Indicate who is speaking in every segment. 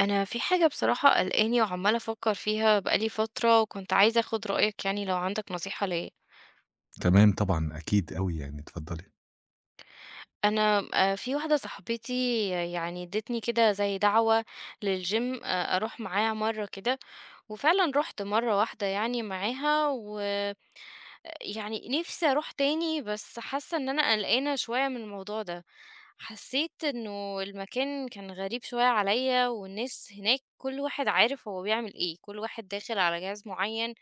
Speaker 1: انا في حاجة، بصراحة قلقاني وعمالة افكر فيها بقالي فترة، وكنت عايزة اخد رأيك يعني لو عندك نصيحة ليا.
Speaker 2: تمام طبعًا، أكيد أوي يعني، اتفضلي.
Speaker 1: انا في واحدة صاحبتي يعني ادتني كده زي دعوة للجيم، اروح معاها مرة كده. وفعلا رحت مرة واحدة يعني معاها، و يعني نفسي اروح تاني، بس حاسة ان انا قلقانة شوية من الموضوع ده. حسيت انه المكان كان غريب شوية عليا، والناس هناك كل واحد عارف هو بيعمل ايه، كل واحد داخل على جهاز معين،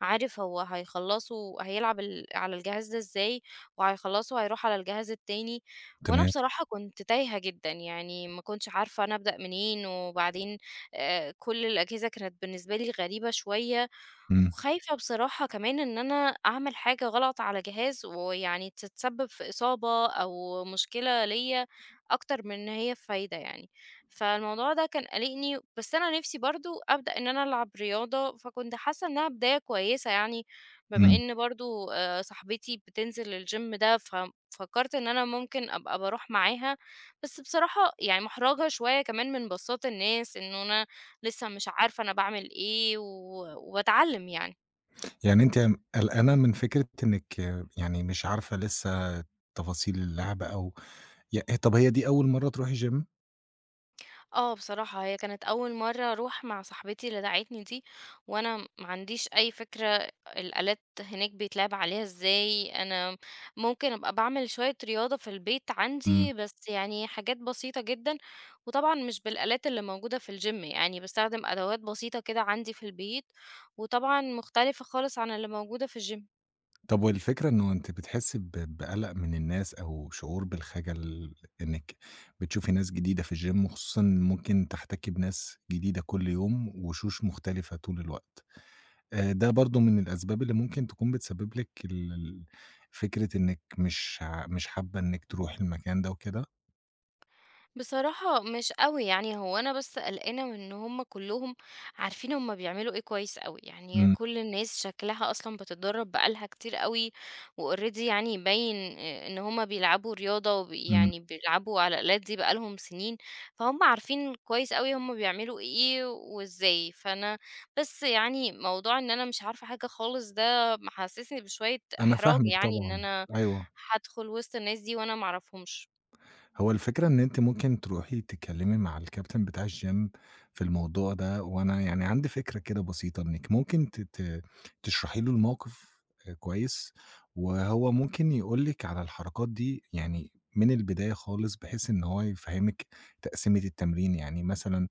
Speaker 1: عارف هو هيخلّصوا هيلعب على الجهاز ده إزاي، وهيخلّصه هيروح على الجهاز التاني. وأنا
Speaker 2: تمام.
Speaker 1: بصراحة كنت تايهة جدًا، يعني ما كنتش عارفة أنا أبدأ منين، وبعدين كل الأجهزة كانت بالنسبة لي غريبة شوية.
Speaker 2: إمم.
Speaker 1: وخايفة بصراحة كمان إن أنا أعمل حاجة غلط على جهاز ويعني تتسبب في إصابة أو مشكلة ليا أكتر من إن هي فايدة يعني. فالموضوع ده كان قلقني، بس أنا نفسي برضو أبدأ إن أنا ألعب رياضة، فكنت حاسة إنها بداية كويسة يعني. بما
Speaker 2: إمم.
Speaker 1: إن برضو صاحبتي بتنزل الجيم ده، ففكرت إن أنا ممكن أبقى بروح معاها. بس بصراحة يعني محرجة شوية كمان من بساط الناس إنه أنا لسه مش عارفة أنا باعمل إيه وباتعلّم يعني.
Speaker 2: يعني أنتِ قلقانة من فكرة إنِّك يعني مش عارفة لسه تفاصيل اللعبة أو، طَب هي دي أول مرّة تروحي gym؟
Speaker 1: آه، بصراحة هي كانت أول مرّة أروح مع صاحبتي اللي دعَتني دي، وأنا ما عنديش أي فكرة الآلات هناك بيتلعب عليها إزاي، أنا ممكن أبقى باعمل شوية رياضة في البيت
Speaker 2: إمم.
Speaker 1: عندي، بس يعني حاجات بسيطة جدًا، وطبعًا مش بالآلات اللي موجودة في الgym يعني، باستخدم أدوات بسيطة كده عندي في البيت، وطبعًا مختلفة خالص عن اللي موجودة في الgym.
Speaker 2: طَب والفكرة إنه أنتِ بتحسّي بقَلَق من الناس، أو شعور بالخجل إنِّك بتشوفي ناس جديدة في الgym، وخصوصًا ممكن تحتكي بناس جديدة كل يوم، وشوش مختلفة طول الوقت. ده برضه من الأسباب اللي ممكن تكون بتسبب لِك ال ال فكرة إنِّك مش حابة إنِّك تروحي المكان ده وكده؟
Speaker 1: بصراحة مش قوي يعني، هو أنا بس قلقانة من إن هما كلهم عارفين هما بيعملوا إيه كويس قوي، يعني
Speaker 2: إمم.
Speaker 1: كل الناس شكلها أصلا بتتدرب بقالها كتير قوي. وأوريدي يعني باين إن هما بيلعبوا رياضة، وبي
Speaker 2: إمم.
Speaker 1: يعني بيلعبوا على الآلات دي بقالهم سنين. فهم عارفين كويس قوي هما بيعملوا إيه وإزاي، فأنا بس يعني موضوع إن أنا مش عارفة حاجة خالص ده محسسني بشوية
Speaker 2: أنا
Speaker 1: إحراج،
Speaker 2: فاهمِك
Speaker 1: يعني إن
Speaker 2: طبعًا،
Speaker 1: أنا
Speaker 2: أيوه.
Speaker 1: هدخل وسط الناس دي وأنا معرفهمش.
Speaker 2: هو الفكرة إن أنتِ ممكن تروحي تتكلمي مع الكابتن بتاع الgym في الموضوع ده، وأنا يعني عندي فكرة كده بسيطة إنِّك ممكن ت ت تشرحي له الموقف كويس، وهو ممكن يقول لِك على الحركات دي يعني من البداية خالص، بحيث إن هو يفهّمِك تقسيمة التمرين. يعني مثلًا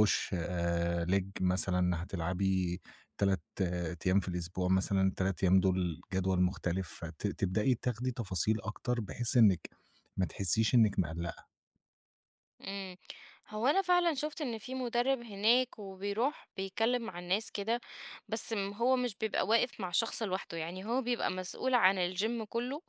Speaker 2: push leg، مثلًا هتلعبي 3 أيام في الأسبوع مثلًا، ال3 أيام دول جدول مختلف، تبدئي تاخدي تفاصيل أكتر بحيث إنِّك ما تحسّيش إنِّك مقلّقة.
Speaker 1: امم هو انا فعلا شفت ان في مدرب هناك وبيروح بيتكلم مع الناس كده، بس هو مش بيبقى واقف مع شخص لوحده، يعني هو بيبقى مسؤول عن الجيم كله،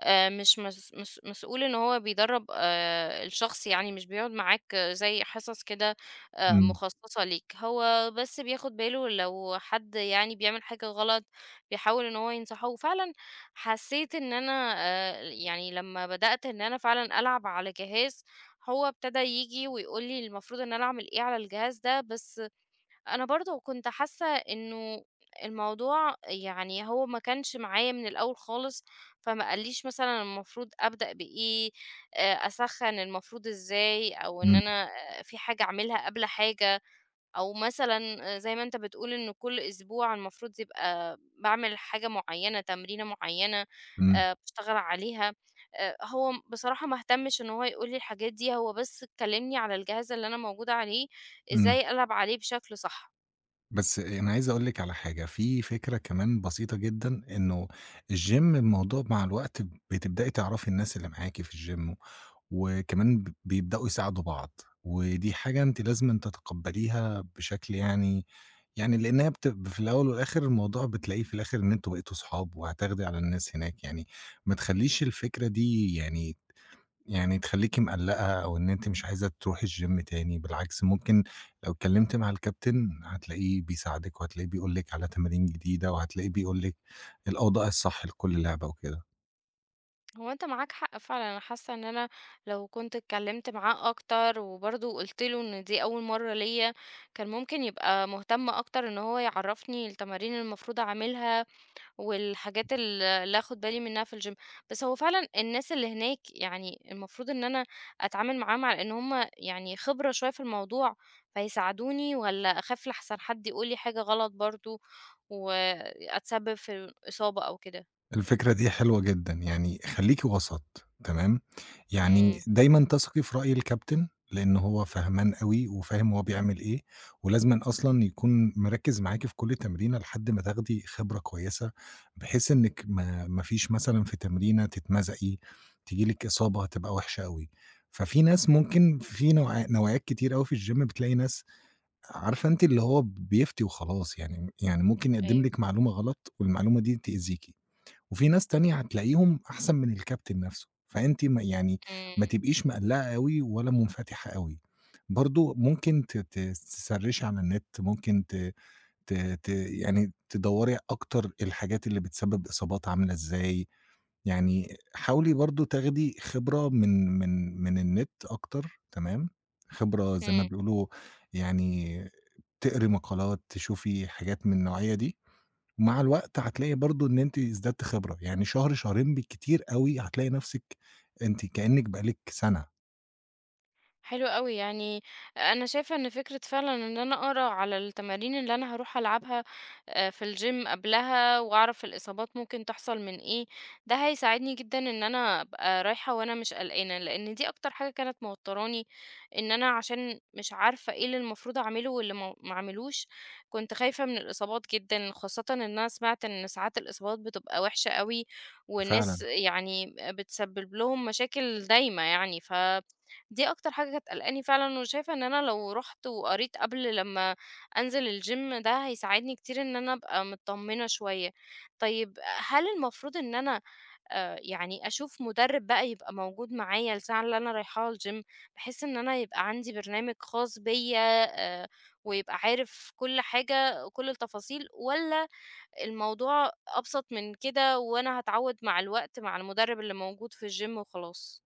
Speaker 1: مش مس مس مسؤول إن هو بيدرّب الشخص، يعني مش بيقعد معاك زي حصص كده
Speaker 2: إمم.
Speaker 1: مخصصة ليك، هو بس بياخد باله لو حد يعني بيعمل حاجة غلط، بيحاول إن هو ينصحه. وفعلًا حسيت إن أنا يعني لمّا بدأت إن أنا فعلًا ألعب على جهاز، هو ابتدى ييجي ويقول لي المفروض إن أنا أعمل إيه على الجهاز ده، بس أنا برضه كنت حاسة إنه الموضوع يعني هو ما كانش معايا من الأول خالص، فما قاليش مثلا المفروض أبدأ بإيه، أسخن المفروض إزاي، أو إن
Speaker 2: إمم.
Speaker 1: أنا في حاجة أعملها قبل حاجة، أو مثلا زي ما أنت بتقول إنه كل أسبوع المفروض يبقى بعمل حاجة معينة، تمرينة معينة،
Speaker 2: إمم.
Speaker 1: بشتغل عليها. هو بصراحة ما اهتمش إن هو يقولي الحاجات دي، هو بس كلمني على الجهاز اللي أنا موجودة عليه
Speaker 2: إمم.
Speaker 1: إزاي ألعب عليه بشكل صح.
Speaker 2: بس أنا عايز أقول لِك على حاجة، في فكرة كمان بسيطة جدًا، إنه الgym الموضوع مع الوقت بتبدئي تعرفي الناس اللي معاكِ في الgym، وكمان بيبدأوا يساعدوا بعض، ودي حاجة أنتِ لازمًا تتقبّليها بشكل يعني لإنها في الأول والآخر الموضوع بتلاقيه في الآخر إن أنتم بقيتوا صحاب وهتاخدي على الناس هناك يعني. ما تخلّيش الفكرة دي يعني تخلّيكِ مقلّقة، أو إن أنتِ مش عايزة تروحي الgym تاني. بالعكس، ممكن لو اتكلمتِ مع الكابتن هتلاقيه بيساعدِك، وهتلاقيه بيقول لِك على تمارين جديدة، وهتلاقيه بيقول لِك الأوضاع الصح لكل لعبة وكده.
Speaker 1: هو أنت معاك حق فعلًا، أنا حاسة إن أنا لو كنت اتكلمت معاه أكتر، وبرضه قُلت له إن دي أول مرة ليّا، كان ممكن يبقى مهتم أكتر إن هو يعرّفني التمارين المفروض أعملها، والحاجات اللي آخد بالي منها في الgym. بس هو فعلًا الناس اللي هناك يعني المفروض إن أنا أتعامل معاهم على إن هُم يعني خبرة شوية في الموضوع، فيساعدوني، والّا أخاف لأحسن حد يقول لي حاجة غلط برضه، وأتسبب في إصابة أو كده؟
Speaker 2: الفكرة دي حلوة جدًا، يعني خلّيكِ وسط تمام. يعني
Speaker 1: إمم،
Speaker 2: دايمًا تثقي في رأي الكابتن، لإن هو فهمان أوي وفاهم هو بيعمل إيه، ولازمًا أصلًا يكون مركّز معاكِ في كل تمرينة لحد ما تاخدي خبرة كويسة، بحيث إنِّك ما فيش مثلًا في تمرينة تتمزقي، تيجي لِك إصابة هتبقى وحشة أوي. ففي ناس ممكن، في نوعيات كتير أوي في الgym بتلاقي ناس عارفة أنتِ، اللي هو بيفتي وخلاص، يعني ممكن يقدّم
Speaker 1: أيوه،
Speaker 2: لِك معلومة غلط والمعلومة دي تأذيكِ. وفي ناس تانية هتلاقيهم أحسن من الكابتن نفسه، فأنتِ
Speaker 1: إمم،
Speaker 2: ما تبقيش مقلّقة أوي ولا منفتحة أوي. برضه ممكن ت ت تسرّشي على النت، ممكن ت ت ت يعني تدوّري أكتر الحاجات اللي بتسبب إصابات عاملة إزاي، يعني حاولي برضه تاخدي خبرة من النت أكتر، تمام، خبرة زي ما
Speaker 1: إمم.
Speaker 2: بيقولوا. يعني تقري مقالات، تشوفي حاجات من النوعية دي. ومع الوقت هتلاقي برضه إن أنتِ ازددتِ خبرة، يعني شهر، شهرين بالكتير أوي هتلاقي نفسِك أنتِ كأنِّك بقى لِك سَنة.
Speaker 1: حلو أوي، يعني أنا شايفة إن فكرة فعلًا إن أنا أقرا على التمارين اللي أنا هاروح ألعبها في الgym قبلها وأعرف الإصابات ممكن تحصل من إيه، ده هيساعدني جدًا إن أنا أبقى رايحة وأنا مش قلقانة، لإن دي أكتر حاجة كانت موتراني، إن أنا عشان مش عارفة إيه اللي المفروض أعمله واللي ما أعملوش، كنت خايفة من الإصابات جدًا، خاصةً إن أنا سمعت إن ساعات الإصابات بتبقى وحشة أوي، والناس
Speaker 2: فعلًا.
Speaker 1: يعني بتسبب لهم مشاكل دايمة يعني، دي أكتر حاجة كانت قلقاني فعلًا، وشايفة إن أنا لو رُحت وقريت قبل لمّا أنزل الGym ده هيساعدني كتير إن أنا أبقى متطمنة شوية. طيب، هل المفروض إن أنا يعني أشوف مُدرِّب بقى يبقى موجود معايا الساعة اللي أنا رايحاها الGym، بحيث إن أنا يبقى عندي برنامج خاص بيّا، آآ ويبقى عارف كل حاجة وكل التفاصيل، والّا الموضوع أبسط من كده وأنا هاتعوّد مع الوقت مع المُدرِّب اللي موجود في الGym وخلاص؟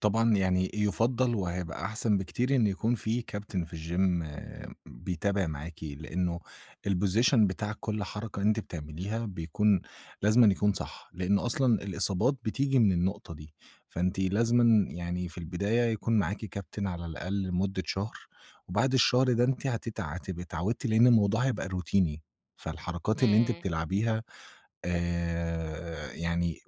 Speaker 2: طبعًا، يعني يُفضّل وهيبقى أحسن بكتير إن يكون في كابتن في الgym بيتابع معاكِ، لإنه الposition بتاع كل حركة أنتِ بتعمليها بيكون لازمًا يكون صح، لإن أصلًا الإصابات بتيجي من النقطة دي. فأنتِ لازمًا يعني في البداية يكون معاكِ كابتن على الأقل لمدة شهر، وبعد الشهر ده أنتِ هتبقي اتعودتِ، لإن الموضوع هيبقى روتيني. فالحركات اللي أنتِ
Speaker 1: إمم.
Speaker 2: بتلعبيها آآ يعني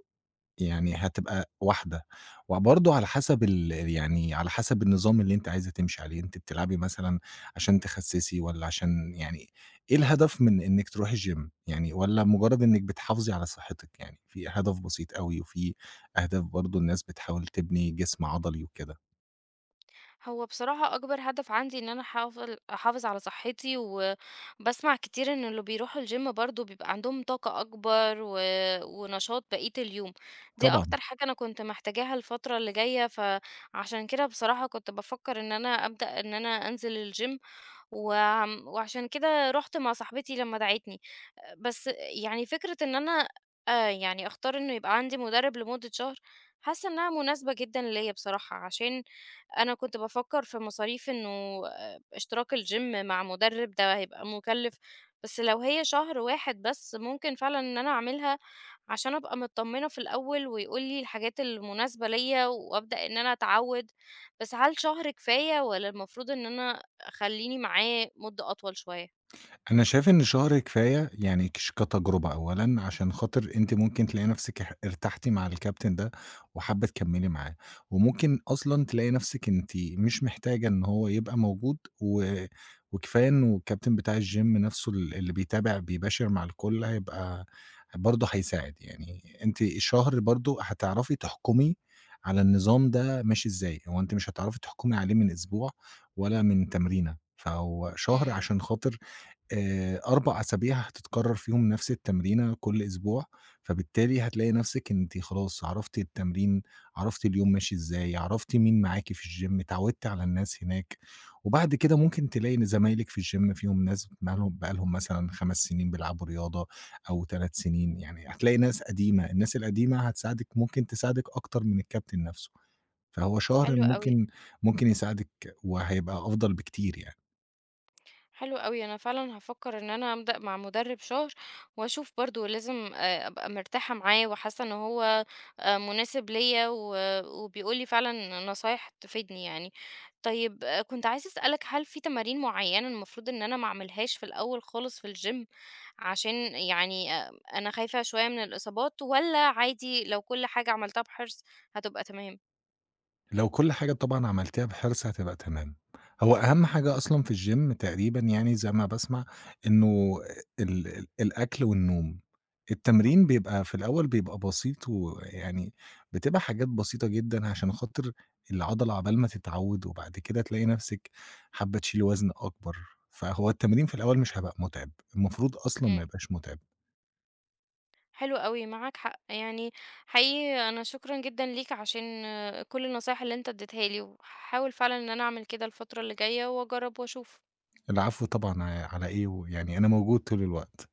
Speaker 2: يعني هتبقى واحدة، وبرضه على حسب ال يعني على حسب النظام اللي أنتِ عايزة تمشي عليه. أنتِ بتلعبي مثلًا عشان تخسّسي، والّا عشان يعني إيه الهدف من إنِّك تروحي الgym يعني، والّا مجرد إنِّك بتحافظي على صحتِك يعني، في هدف بسيط أوي وفي أهداف برضه الناس بتحاول تبني جسم عضلي وكده؟
Speaker 1: هو بصراحة أكبر هدف عندي إن أنا أحافظ على صحتي، وبسمع كتير إن اللي بيروحوا الجيم برضو بيبقى عندهم طاقة أكبر ونشاط بقية اليوم. دي
Speaker 2: طبعًا.
Speaker 1: أكتر حاجة أنا كنت محتاجاها الفترة اللي جاية، فعشان كده بصراحة كنت بفكر إن أنا أبدأ إن أنا أنزل الجيم و... وعشان كده رحت مع صاحبتي لما دعتني، بس يعني فكرة إن أنا يعني أختار إنه يبقى عندي مدرب لمدة شهر، حاسة إنها مناسبة جدا ليا بصراحة، عشان أنا كنت بافكّر في مصاريف إنه اشتراك الgym مع مُدرِّب ده هيبقى مُكلِّف، بس لو هي شهر واحد بس ممكن فعلًا إن أنا أعملها عشان أبقى متطمّنة في الأول، ويقول لي الحاجات المناسبة ليّا وأبدأ إن أنا أتعوِّد. بس هل شهر كفاية، والّا المفروض إن أنا أخلّيني معاه مدة أطول شوية؟
Speaker 2: أنا شايف إن شهر كفاية يعني، كتجربة أولًا، عشان خاطر أنتِ ممكن تلاقي نفسِك ارتحتِ مع الكابتن ده وحابة تكمّلي معاه، وممكن أصلًا تلاقي نفسِك أنتِ مش محتاجة إن هو يبقى موجود، وكفاية إنه الكابتن بتاع الgym نفسه اللي بيتابع بيباشر مع الكل هيبقى برضه هيساعد. يعني أنتِ شهر برضه هتعرفي تحكمي على النظام ده ماشي إزاي، هو أنتِ مش هتعرفي تحكمي عليه من أسبوع ولا من تمرينة، فهو شهر
Speaker 1: إمم،
Speaker 2: عشان خاطر 4 أسابيع هتتكرر فيهم نفس التمرينة كل أسبوع، فبالتالي هتلاقي نفسِك أنتِ خلاص عرفتِ التمرين، عرفتِ اليوم ماشي إزاي، عرفتِ مين معاكِ في الgym، اتعودتِ على الناس هناك، وبعد كده ممكن تلاقي إن زمايلِك في الgym فيهم ناس مالهم بقى لهم مثلًا 5 سنين بيلعبوا رياضة أو 3 سنين، يعني هتلاقي ناس قديمة، الناس القديمة هتساعدِك، ممكن تساعدِك أكتر من الكابتن نفسه، فهو شهر
Speaker 1: حلو أوي.
Speaker 2: ممكن يساعدِك، وهيبقى أفضل بكتير يعني.
Speaker 1: حلو أوي، أنا فعلًا هافكّر إن أنا أبدأ مع مُدرِّب شهر وأشوف برضه، لازم أبقى مرتاحة معاه وحاسّة إن هو مناسب ليّا وبيقول لي فعلًا نصايح تفيدني يعني. طيب كنت عايزة أسألك هل في تمارين معيّنة المفروض إن أنا ما أعملهاش في الأول خالص في الgym عشان يعني أنا خايفة شوية من الإصابات، والّا عادي لو كل حاجة عملتها بحرص هتبقى تمام؟
Speaker 2: لو كل حاجة طبعًا عملتيها بحرص هتبقى تمام. هو أهم حاجة أصلًا في الgym تقريبًا، يعني زي ما باسمع، إنه ال ال الأكل والنوم. التمرين بيبقى في الأول، بيبقى بسيط ويعني بتبقى حاجات بسيطة جدًا عشان خاطر العضلة عقبال ما تتعود، وبعد كده تلاقي نفسِك حابة تشيلي وزن أكبر. فهو التمرين في الأول مش هيبقى متعب، المفروض أصلًا ما
Speaker 1: إمم.
Speaker 2: يبقاش متعب.
Speaker 1: حلو أوي، معاك حق، يعني حقيقي أنا شكرًا جدًا ليك عشان كل النصايح اللي أنت اديتها لي، وهاحاول فعلًا إن أنا أعمل كده الفترة اللي جاية وأجرب وأشوف.
Speaker 2: العفو طبعًا، على إيه، ويعني أنا موجود طول الوقت.